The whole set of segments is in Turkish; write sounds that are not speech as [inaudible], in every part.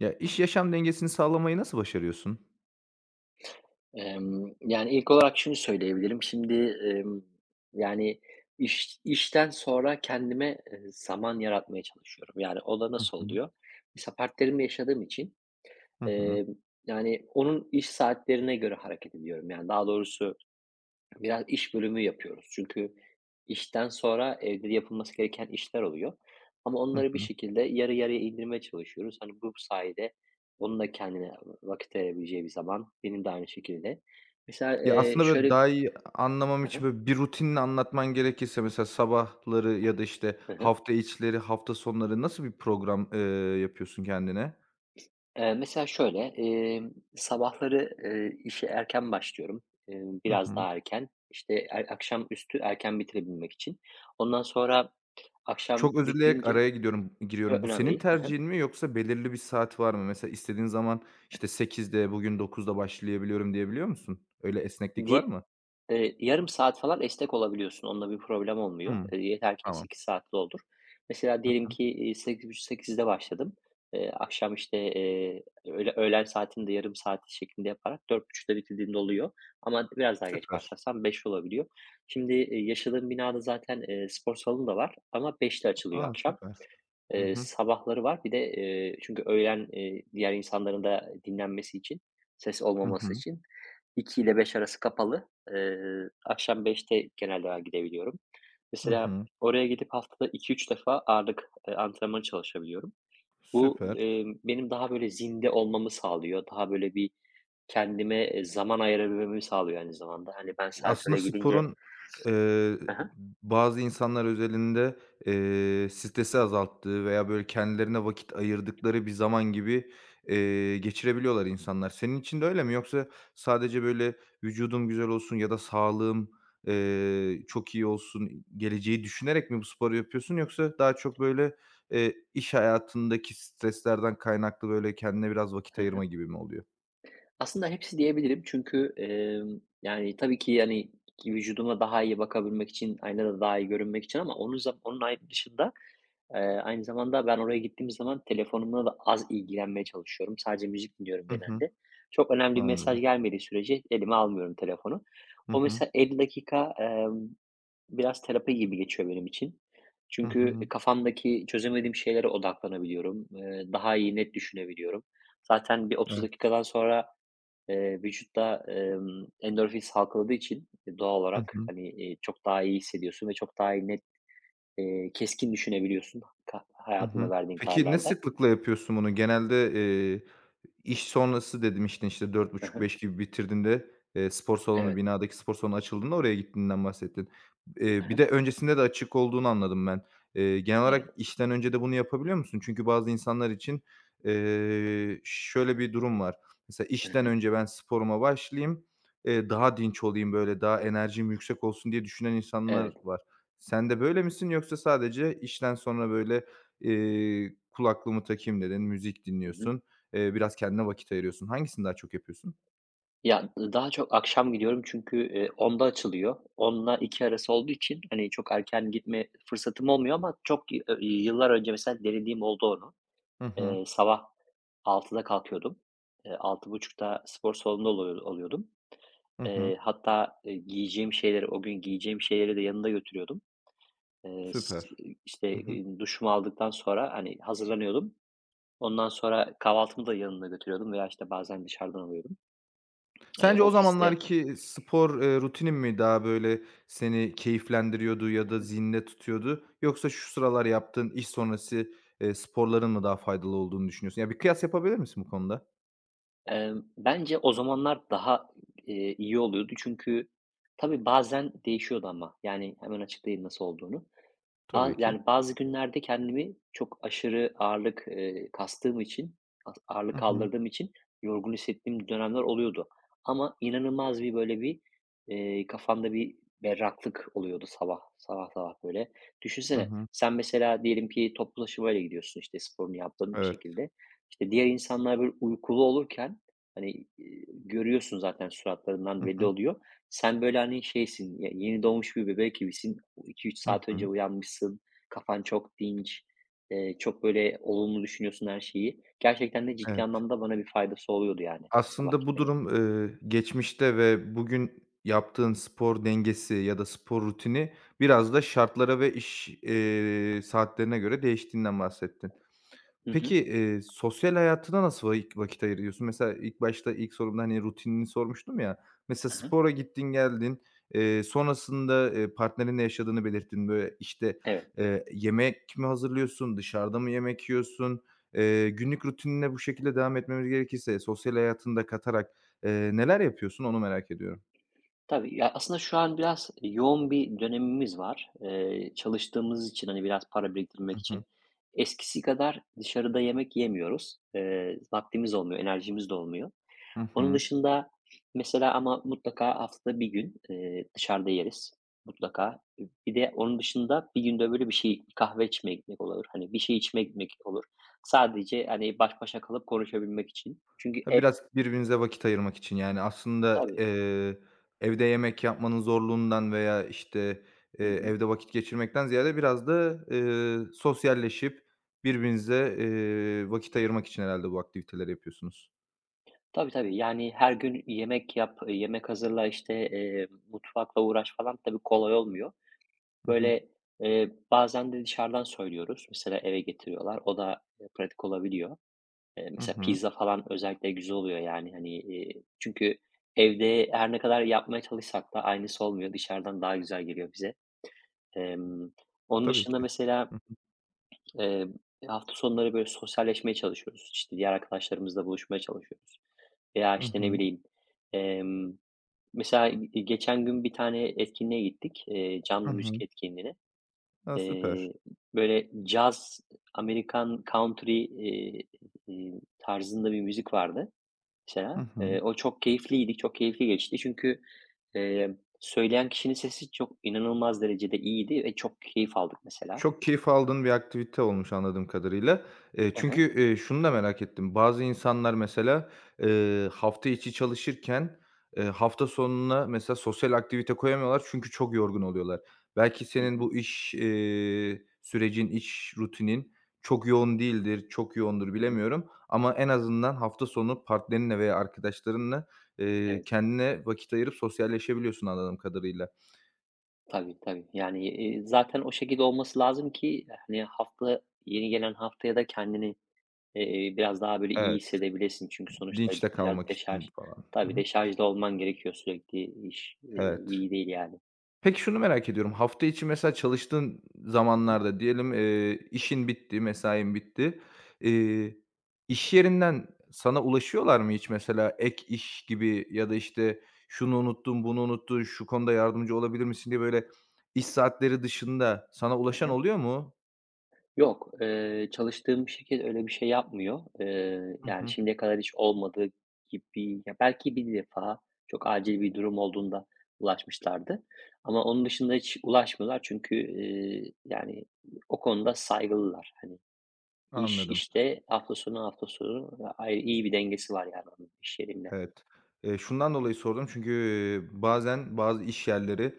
Ya, iş yaşam dengesini sağlamayı nasıl başarıyorsun? Yani, ilk olarak şunu söyleyebilirim. Şimdi, emm, yani, işten sonra kendime, zaman yaratmaya çalışıyorum. Yani, o da Hı nasıl hı. oluyor? Mesela partnerimle yaşadığım için, Hı hı. emm, yani, onun iş saatlerine göre hareket ediyorum. Yani, daha doğrusu biraz iş bölümü yapıyoruz. Çünkü işten sonra evde yapılması gereken işler oluyor. Ama Hı onları bir hı. şekilde yarı yarıya indirmeye çalışıyoruz. Hani bu sayede onun da kendine vakit ayırabileceği bir zaman, benim de aynı şekilde. Mesela, Ya, aslında, böyle, şöyle. daha iyi anlamam Hı için, hı, böyle, bir rutinini anlatman gerekirse mesela sabahları ya da, işte, hı hı. hafta içleri, hafta sonları nasıl bir program, yapıyorsun kendine? Mesela şöyle, sabahları, işe erken başlıyorum. Hı Biraz hı. daha erken. İşte, akşamüstü erken bitirebilmek için. Ondan sonra akşam Çok özür dileyerek bitirince. araya Yo, giriyorum. Bu önemli senin değil. [laughs] tercihin mi yoksa belirli bir saat var mı? Mesela istediğin zaman, işte, sekizde bugün 9'da başlayabiliyorum diyebiliyor musun? Öyle esneklik var Di mı? Yarım saat falan esnek olabiliyorsun. Onunla bir problem olmuyor. Hımm. Yeter ki Tamam. 8 saatli olur. Mesela diyelim Hı. ki, 08.30-08.00'de başladım. Akşam, işte, öğlen saatinde de yarım saati şeklinde yaparak 04.30'da bitirdiğimde oluyor ama biraz daha geç Süper. başlarsam 5 olabiliyor. Şimdi, yaşadığım binada zaten, spor salonu da var ama 05.00'te açılıyor A, akşam. süper. Hı hı. Sabahları var. Bir de, çünkü öğlen, diğer insanların da dinlenmesi için, ses Hı olmaması hı. için 2 ile 5 arası kapalı. Akşam 5'te genelde ben gidebiliyorum. Hı Mesela hı. oraya gidip haftada 2-3 defa ağırlık, antrenmanı çalışabiliyorum. Bu, Süper. Benim daha böyle zinde olmamı sağlıyor. Daha böyle bir kendime, zaman ayırabilmemi sağlıyor aynı zamanda. Hani, ben sadece Aslında oraya gidince. sporun, eee, Hı hı. bazı insanlar özelinde, stresi azalttığı veya böyle kendilerine vakit ayırdıkları bir zaman gibi, geçirebiliyorlar insanlar. Senin için de öyle mi? Yoksa sadece böyle vücudum güzel olsun ya da sağlığım, çok iyi olsun, geleceği düşünerek mi bu sporu yapıyorsun? Yoksa daha çok böyle, iş hayatındaki streslerden kaynaklı böyle kendine biraz vakit ayırma gibi mi oluyor? Aslında hepsi diyebilirim çünkü, yani, tabii ki, yani, ki vücuduma daha iyi bakabilmek için, aynada daha iyi görünmek için ama onun dışında, aynı zamanda ben oraya gittiğim zaman telefonumla da az ilgilenmeye çalışıyorum. Sadece müzik dinliyorum Hı hı. genelde. Çok önemli bir Anladım. mesaj gelmediği sürece elime almıyorum telefonu. Hı O hı. mesela 50 dakika, biraz terapi gibi geçiyor benim için. Hı Çünkü hı. kafamdaki çözemediğim şeylere odaklanabiliyorum. Daha iyi, net düşünebiliyorum. Zaten bir 30 dakikadan sonra, vücutta, endorfin salgıladığı için doğal Hı olarak, hı. hani, çok daha iyi hissediyorsun ve çok daha iyi net, keskin düşünebiliyorsun Hı hayatında hı. verdiğin Peki ne kararlarda. sıklıkla yapıyorsun bunu? Genelde, iş sonrası demiştin, işte, işte dört Hı buçuk hı. beş gibi bitirdiğinde, spor salonu, Evet. binadaki spor salonu açıldığında oraya gittiğinden bahsettin. Hı Bir hı. de öncesinde de açık olduğunu anladım ben. Genel Evet. olarak işten önce de bunu yapabiliyor musun? Çünkü bazı insanlar için, şöyle bir durum var. Mesela Hı işten hı. önce ben sporuma başlayayım, daha dinç olayım, böyle, daha enerjim yüksek olsun diye düşünen Evet. insanlar var. Sen de böyle misin yoksa sadece işten sonra, böyle, kulaklığımı takayım dedin, müzik Hı hı. dinliyorsun, biraz kendine vakit ayırıyorsun. Hangisini daha çok yapıyorsun? Ya, daha çok akşam gidiyorum çünkü, 10'da açılıyor. Onla 2 arası olduğu için, hani, çok erken gitme fırsatım olmuyor ama çok y ö yıllar önce mesela denediğim oldu onu. Hı hı. Sabah 6'da kalkıyordum. 6.30'da spor salonunda oluyordum. Hı hı. Hatta, giyeceğim şeyleri, o gün giyeceğim şeyleri de yanında götürüyordum. S Süper. işte, Hı hı. Duşumu aldıktan sonra, hani, hazırlanıyordum. Ondan sonra kahvaltımı da yanımda götürüyordum veya, işte, bazen dışarıdan alıyordum, Sence o ofiste. zamanlarki spor, rutinin mi daha böyle seni keyiflendiriyordu ya da zinde tutuyordu yoksa şu sıralar yaptığın iş sonrası, sporların mı daha faydalı olduğunu düşünüyorsun? Ya, bir kıyas yapabilir misin bu konuda? Bence o zamanlar daha, iyi oluyordu çünkü tabii bazen değişiyordu ama, yani, hemen açıklayayım nasıl olduğunu. Tabii ki. Yani, bazı günlerde kendimi çok aşırı ağırlık, kastığım için, Hı ağırlık hı. kaldırdığım için yorgun hissettiğim dönemler oluyordu. Ama inanılmaz bir, böyle, bir, kafamda bir berraklık oluyordu sabah, sabah sabah, böyle. Hı Düşünsene, hı. sen mesela diyelim ki toplu taşımayla gidiyorsun, işte, sporunu yaptın bir Evet. şekilde. İşte, diğer insanlar, böyle, uykulu olurken, hani, görüyorsun zaten suratlarından Hı belli hı. oluyor. Sen, böyle, hani, şeysin, yeni doğmuş bir bebek gibisin. iki üç Hı saat önce hı. uyanmışsın. Kafan çok dinç. Çok, böyle, olumlu düşünüyorsun her şeyi. Gerçekten de ciddi Evet. anlamda bana bir faydası oluyordu, yani, sabah Aslında bu gitmenin. durum, geçmişte ve bugün yaptığın spor dengesi ya da spor rutini biraz da şartlara ve iş, saatlerine göre değiştiğinden bahsettin. Hı hı. Peki, sosyal hayatına nasıl vakit ayırıyorsun? Mesela ilk başta ilk sorumda, hani, rutinini sormuştum ya, mesela Hı hı. spora gittin geldin, sonrasında, partnerinle yaşadığını belirttin. Böyle, işte, Evet. Yemek mi hazırlıyorsun, dışarıda mı yemek yiyorsun? Günlük rutinine bu şekilde devam etmemiz gerekirse sosyal hayatını da katarak, neler yapıyorsun onu merak ediyorum. Tabii, ya, aslında şu an biraz yoğun bir dönemimiz var. Çalıştığımız için, hani, biraz para biriktirmek Hı için hı. eskisi kadar dışarıda yemek yemiyoruz. Vaktimiz olmuyor, enerjimiz de olmuyor. Hı Onun hı. dışında mesela ama mutlaka haftada bir gün, dışarıda yeriz mutlaka. Bir de onun dışında bir günde böyle bir şey, kahve içmeye gitmek olur. Hani, bir şey içmeye gitmek olur. Sadece, hani, baş başa kalıp konuşabilmek için. Çünkü Ha, ev. biraz birbirinize vakit ayırmak için, yani, aslında, Tabii. Evde yemek yapmanın zorluğundan veya, işte, Hı hı. evde vakit geçirmekten ziyade biraz da, sosyalleşip birbirinize, vakit ayırmak için herhâlde bu aktiviteleri yapıyorsunuz. Tabii, tabii. Yani her gün yemek yap, yemek hazırla, işte, mutfakla uğraş falan tabii kolay olmuyor. Hı hı. Böyle, bazen de dışarıdan söylüyoruz. Mesela eve getiriyorlar. O da, pratik olabiliyor. Hı Mesela hı. pizza falan özellikle güzel oluyor yani, hani, çünkü evde her ne kadar yapmaya çalışsak da aynısı olmuyor. Dışarıdan daha güzel geliyor bize. Emm, onun Tabii dışında ki. mesela, Hı eee, hafta sonları böyle sosyalleşmeye çalışıyoruz. İşte, diğer arkadaşlarımızla buluşmaya çalışıyoruz veya, hı. Hı işte, ne hı. bileyim, emm, mesela geçen gün bir tane etkinliğe gittik, Hı canlı müzik hı. etkinliğine. A, süper. Eee, böyle caz, Amerikan country, iii, tarzında bir müzik vardı. Hı Mesela, hı. O çok keyifliydi, çok keyifli geçti. Çünkü, söyleyen kişinin sesi çok inanılmaz derecede iyiydi ve çok keyif aldık mesela. Çok keyif aldığın bir aktivite olmuş anladığım kadarıyla. Hı Çünkü, hı. Şunu da merak ettim. Bazı insanlar mesela, hafta içi çalışırken, hafta sonuna mesela sosyal aktivite koyamıyorlar çünkü çok yorgun oluyorlar. Belki Hı senin hı. bu iş, sürecin, iş rutinin çok yoğun değildir, çok yoğundur Hı hı. bilemiyorum ama en azından hafta sonu partnerinle veya arkadaşlarınla, Evet. kendine vakit ayırıp sosyalleşebiliyorsun anladığım kadarıyla. Tabii, tabii. Yani, zaten o şekilde olması lazım ki, hani, hafta yeni gelen haftaya da kendini, biraz daha böyle iyi Evet, hissedebilesin. Çünkü sonuçta dinç de biraz kalmak deşarj. için falan. Hı Tabii, hı. deşarjda olman gerekiyor sürekli. İş Evet. iyi değil yani. Peki şunu merak ediyorum. Hafta içi mesela çalıştığın zamanlarda diyelim, işin bitti, mesain bitti. Eee, iş yerinden sana ulaşıyorlar mı hiç mesela ek iş gibi ya da, işte, "Şunu unuttun, bunu unuttun, şu konuda yardımcı olabilir misin?" diye böyle iş saatleri dışında sana Hı ulaşan hı. oluyor mu? Yok, çalıştığım şirket öyle bir şey yapmıyor. Hı Yani hı. şimdiye kadar hiç olmadı gibi. Ya, belki bir defa çok acil bir durum olduğunda ulaşmışlardı ama onun dışında hiç ulaşmıyorlar çünkü, yani o konuda saygılılar. Hani Anladım. işte, hafta sonu ayrı iyi bir dengesi var yani onun iş yerimle. Evet. Şundan dolayı sordum çünkü, bazen bazı iş yerleri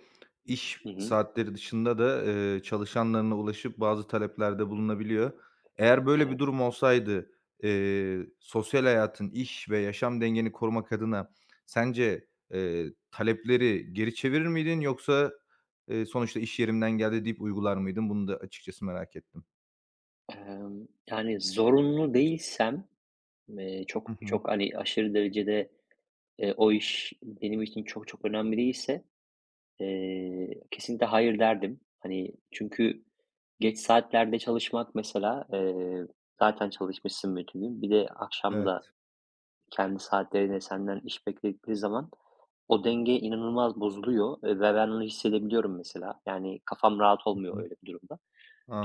iş Hı hı. saatleri dışında da, çalışanlarına ulaşıp bazı taleplerde bulunabiliyor. Eğer böyle bir Evet. durum olsaydı, sosyal hayatın, iş ve yaşam dengeni korumak adına sence, talepleri geri çevirir miydin yoksa, sonuçta iş yerimden geldi deyip uygular mıydın? Bunu da açıkçası merak ettim. Yani zorunlu değilsem, çok Hı hı. çok, hani, aşırı derecede, o iş benim için çok çok önemli değilse, kesinlikle hayır derdim. Hani, çünkü geç saatlerde çalışmak mesela, zaten çalışmışsın bütün gün. Bir de akşam da Evet. kendi saatlerine senden iş bekledikleri zaman o denge inanılmaz bozuluyor, ve ben onu hissedebiliyorum mesela. Yani kafam rahat Hı olmuyor hı. öyle bir durumda.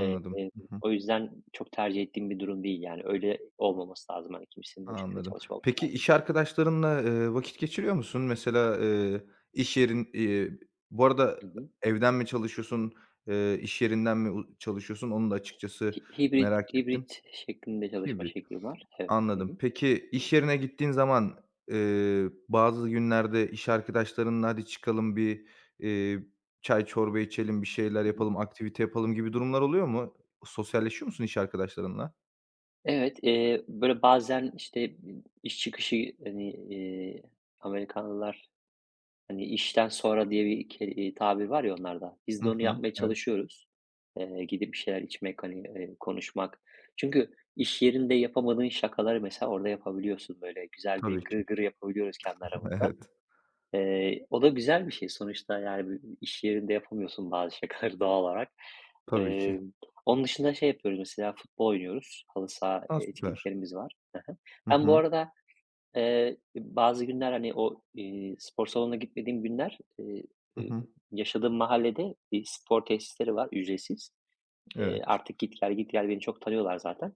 Eee, e, Hı hı. o yüzden çok tercih ettiğim bir durum değil yani. Öyle olmaması lazım. Hani, kimsenin o şekilde Anladım. çalışmaması Peki lazım. iş arkadaşlarınla, vakit geçiriyor musun? Mesela, iş yerin, eee. Bu arada Hı hı. evden mi çalışıyorsun, iş yerinden mi çalışıyorsun? Onu da Hi açıkçası hibrit merak ettim. hibrit şeklinde çalışma Hibrit. şekli var. Evet. Hı Anladım. hı. Peki iş yerine gittiğin zaman, bazı günlerde iş arkadaşlarınla "Hadi çıkalım bir, eee, çay çorba içelim, bir şeyler Hı hı. yapalım, aktivite yapalım." gibi durumlar oluyor mu? Sosyalleşiyor musun iş arkadaşlarınla? Evet, böyle, bazen, işte, iş çıkışı, hani, Amerikanlılar, hani, işten sonra diye bir ke tabir var ya onlarda. Biz Hı de onu hı. yapmaya Evet, çalışıyoruz. Gidip bir şeyler içmek, hani, konuşmak. Çünkü iş yerinde yapamadığın şakaları mesela orada yapabiliyorsun. Böyle güzel bir tabii ki. gırgır yapabiliyoruz kendi [laughs] aramızda. Evet, O da güzel bir şey sonuçta, yani, iş yerinde yapamıyorsun bazı şakaları [laughs] doğal olarak. tabii ki. Emm, onun dışında şey yapıyoruz mesela, futbol oynuyoruz. Halı saha A, süper. etkinliklerimiz var. Hı Ben bu hı. arada, bazı günler, hani, spor salonuna gitmediğim günler, Hı eee, hı. yaşadığım mahallede bir spor tesisleri var ücretsiz. Evet. Artık git gel, git gel beni çok tanıyorlar zaten.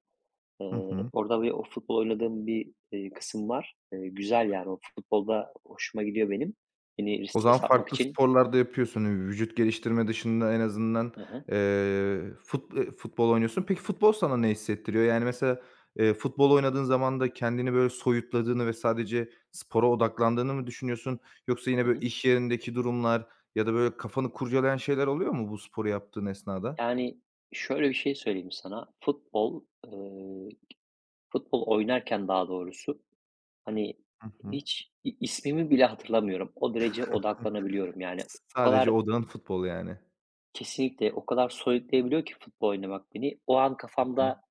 Hı hı. Orada o futbol oynadığım bir, kısım var. Güzel yani o futbolda hoşuma gidiyor benim. Beni O zaman stres atmak farklı için. sporlar da yapıyorsun. Vücut geliştirme dışında en azından, Hı hı. Futbol oynuyorsun. Peki futbol sana ne hissettiriyor? Yani, mesela, futbol oynadığın zaman da kendini böyle soyutladığını ve sadece spora odaklandığını mı düşünüyorsun? Yoksa yine Hı böyle hı. iş yerindeki durumlar ya da böyle kafanı kurcalayan şeyler oluyor mu bu sporu yaptığın esnada? Yani şöyle bir şey söyleyeyim sana. Futbol oynarken daha doğrusu, hani, Hı hı. hiç ismimi bile hatırlamıyorum. O derece odaklanabiliyorum. Yani o Sadece kadar, odağın futbol yani. kesinlikle o kadar soyutlayabiliyor ki futbol oynamak beni. O an kafamda,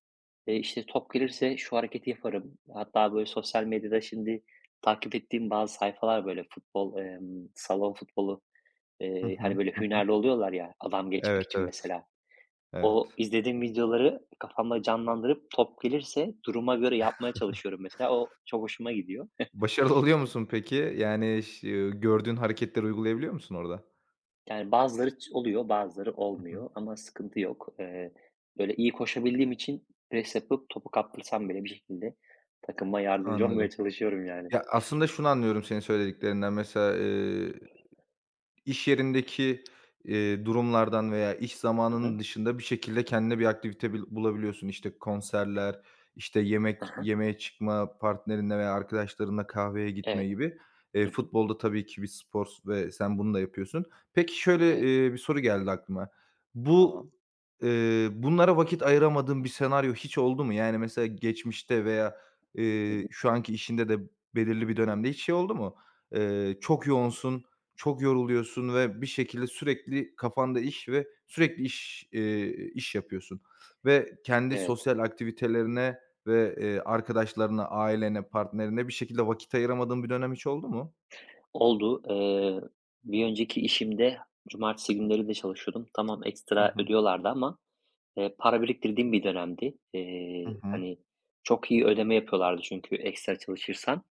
İşte, top gelirse şu hareketi yaparım. Hatta, böyle, sosyal medyada şimdi takip ettiğim bazı sayfalar, böyle, futbol, salon futbolu, Hı hani, hı. böyle, Hı hı. hünerli oluyorlar ya adam geçmek Evet, için evet, mesela. O evet. izlediğim videoları kafamda canlandırıp top gelirse duruma göre yapmaya çalışıyorum mesela. O çok hoşuma gidiyor. Başarılı oluyor musun peki? Yani gördüğün hareketleri uygulayabiliyor musun orada? Yani, bazıları oluyor, bazıları Hı hı. olmuyor ama sıkıntı yok. Böyle, iyi koşabildiğim için pres yapıp topu kaptırsam bile bir şekilde takımıma yardımcı [laughs] olmaya Anladım. çalışıyorum yani. Ya, aslında şunu anlıyorum senin söylediklerinden. Mesela, İş yerindeki, durumlardan veya iş Hı zamanının hı. dışında bir şekilde kendine bir aktivite bulabiliyorsun. İşte, konserler, işte, yemek yemeye çıkma, partnerinle veya arkadaşlarınla kahveye Evet. gitme gibi. Hı hı. Futbolda tabii ki bir spor ve sen bunu da yapıyorsun. Peki, şöyle, Evet, bir soru geldi aklıma. Bu, tamam. Bunlara vakit ayıramadığın bir senaryo hiç oldu mu? Yani, mesela geçmişte veya, Hı hı. Şu anki işinde de belirli bir dönemde hiç şey oldu mu? Çok yoğunsun, çok yoruluyorsun ve bir şekilde sürekli kafanda iş ve sürekli iş, iş yapıyorsun ve kendi Evet, sosyal aktivitelerine ve, arkadaşlarına, ailene, partnerine bir şekilde vakit ayıramadığın bir dönem hiç oldu mu? oldu. Bir önceki işimde cumartesi günleri de çalışıyordum. Tamam, Hı ekstra hı. ödüyorlardı ama, para biriktirdiğim bir dönemdi. Hı hı. Hani, çok iyi ödeme yapıyorlardı çünkü ekstra çalışırsan.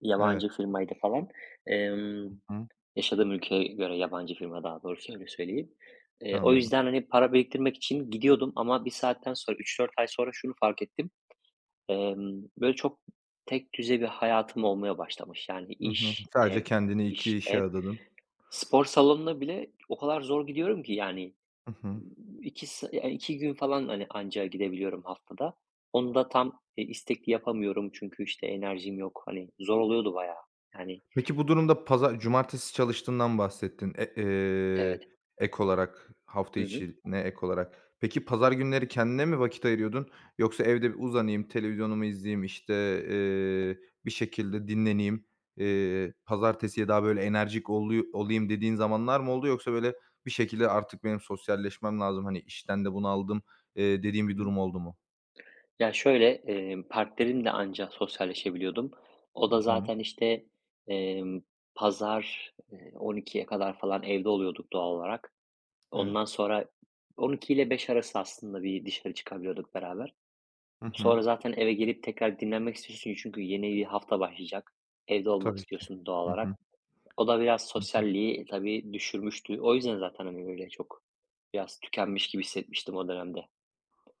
Yabancı Evet. firmaydı falan. Emm, Hı yaşadığım ülkeye göre yabancı firma daha doğrusu öyle söyleyeyim. O anladım. yüzden, hani, para biriktirmek için gidiyordum ama bir saatten sonra üç dört ay sonra şunu fark ettim. Böyle çok tekdüze bir hayatım olmaya başlamış. Yani Hı hı. iş, Sadece ev, kendini iş, 2 işe ev. adadın. Spor salonuna bile o kadar zor gidiyorum ki yani, Hı hı. 2 ya gün falan, hani, anca gidebiliyorum haftada. Onu da tam, istekli yapamıyorum çünkü, işte, enerjim yok. Hani, zor oluyordu bayağı. Yani. Peki bu durumda pazar cumartesi çalıştığından bahsettin. Evet. Ek olarak, hafta Hı hı. içine ek olarak. Peki pazar günleri kendine mi vakit ayırıyordun yoksa evde bir uzanayım, televizyonumu izleyeyim, işte, bir şekilde dinleneyim, pazartesiye daha böyle enerjik olayım dediğin zamanlar mı oldu yoksa böyle bir şekilde artık benim sosyalleşmem lazım, hani, işten de bunaldım, dediğim Hı bir hı. durum oldu mu? Ya, şöyle, partnerimle anca sosyalleşebiliyordum. O Hı da hı. zaten, işte, emm, pazar, 12'ye kadar falan evde oluyorduk doğal olarak. Ondan Evet. sonra 12 ile 5 arası aslında bir dışarı çıkabiliyorduk beraber. Hı hı. Sonra zaten eve gelip tekrar dinlenmek istiyorsun çünkü yeni bir hafta başlayacak. Evde olmak Tabii ki. istiyorsun doğal Hı. olarak. O da biraz Hı. sosyalliği tabii düşürmüştü. O yüzden zaten hani böyle çok biraz tükenmiş gibi hissetmiştim o dönemde.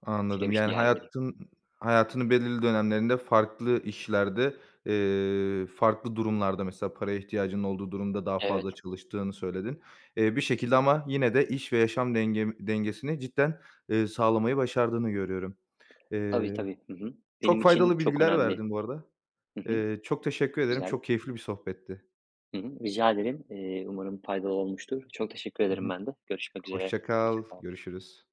Anladım. Etkilemişti Yani yani beni. hayatın hayatının belirli dönemlerinde farklı işlerde, farklı durumlarda mesela paraya ihtiyacının olduğu durumda daha Evet. fazla çalıştığını söyledin. Bir şekilde ama yine de iş ve yaşam dengesini cidden, sağlamayı başardığını görüyorum. Tabii, Eee, tabii. Hı hı. Benim Çok için faydalı çok bilgiler önemli. verdin bu arada. Hı hı. Çok teşekkür ederim. Güzel. Çok keyifli bir sohbetti. Hı hı. Rica ederim. Umarım faydalı olmuştur. Çok teşekkür Hı ederim hı. ben de. Görüşmek üzere. Hoşça Hoşça kal. kal. Görüşürüz.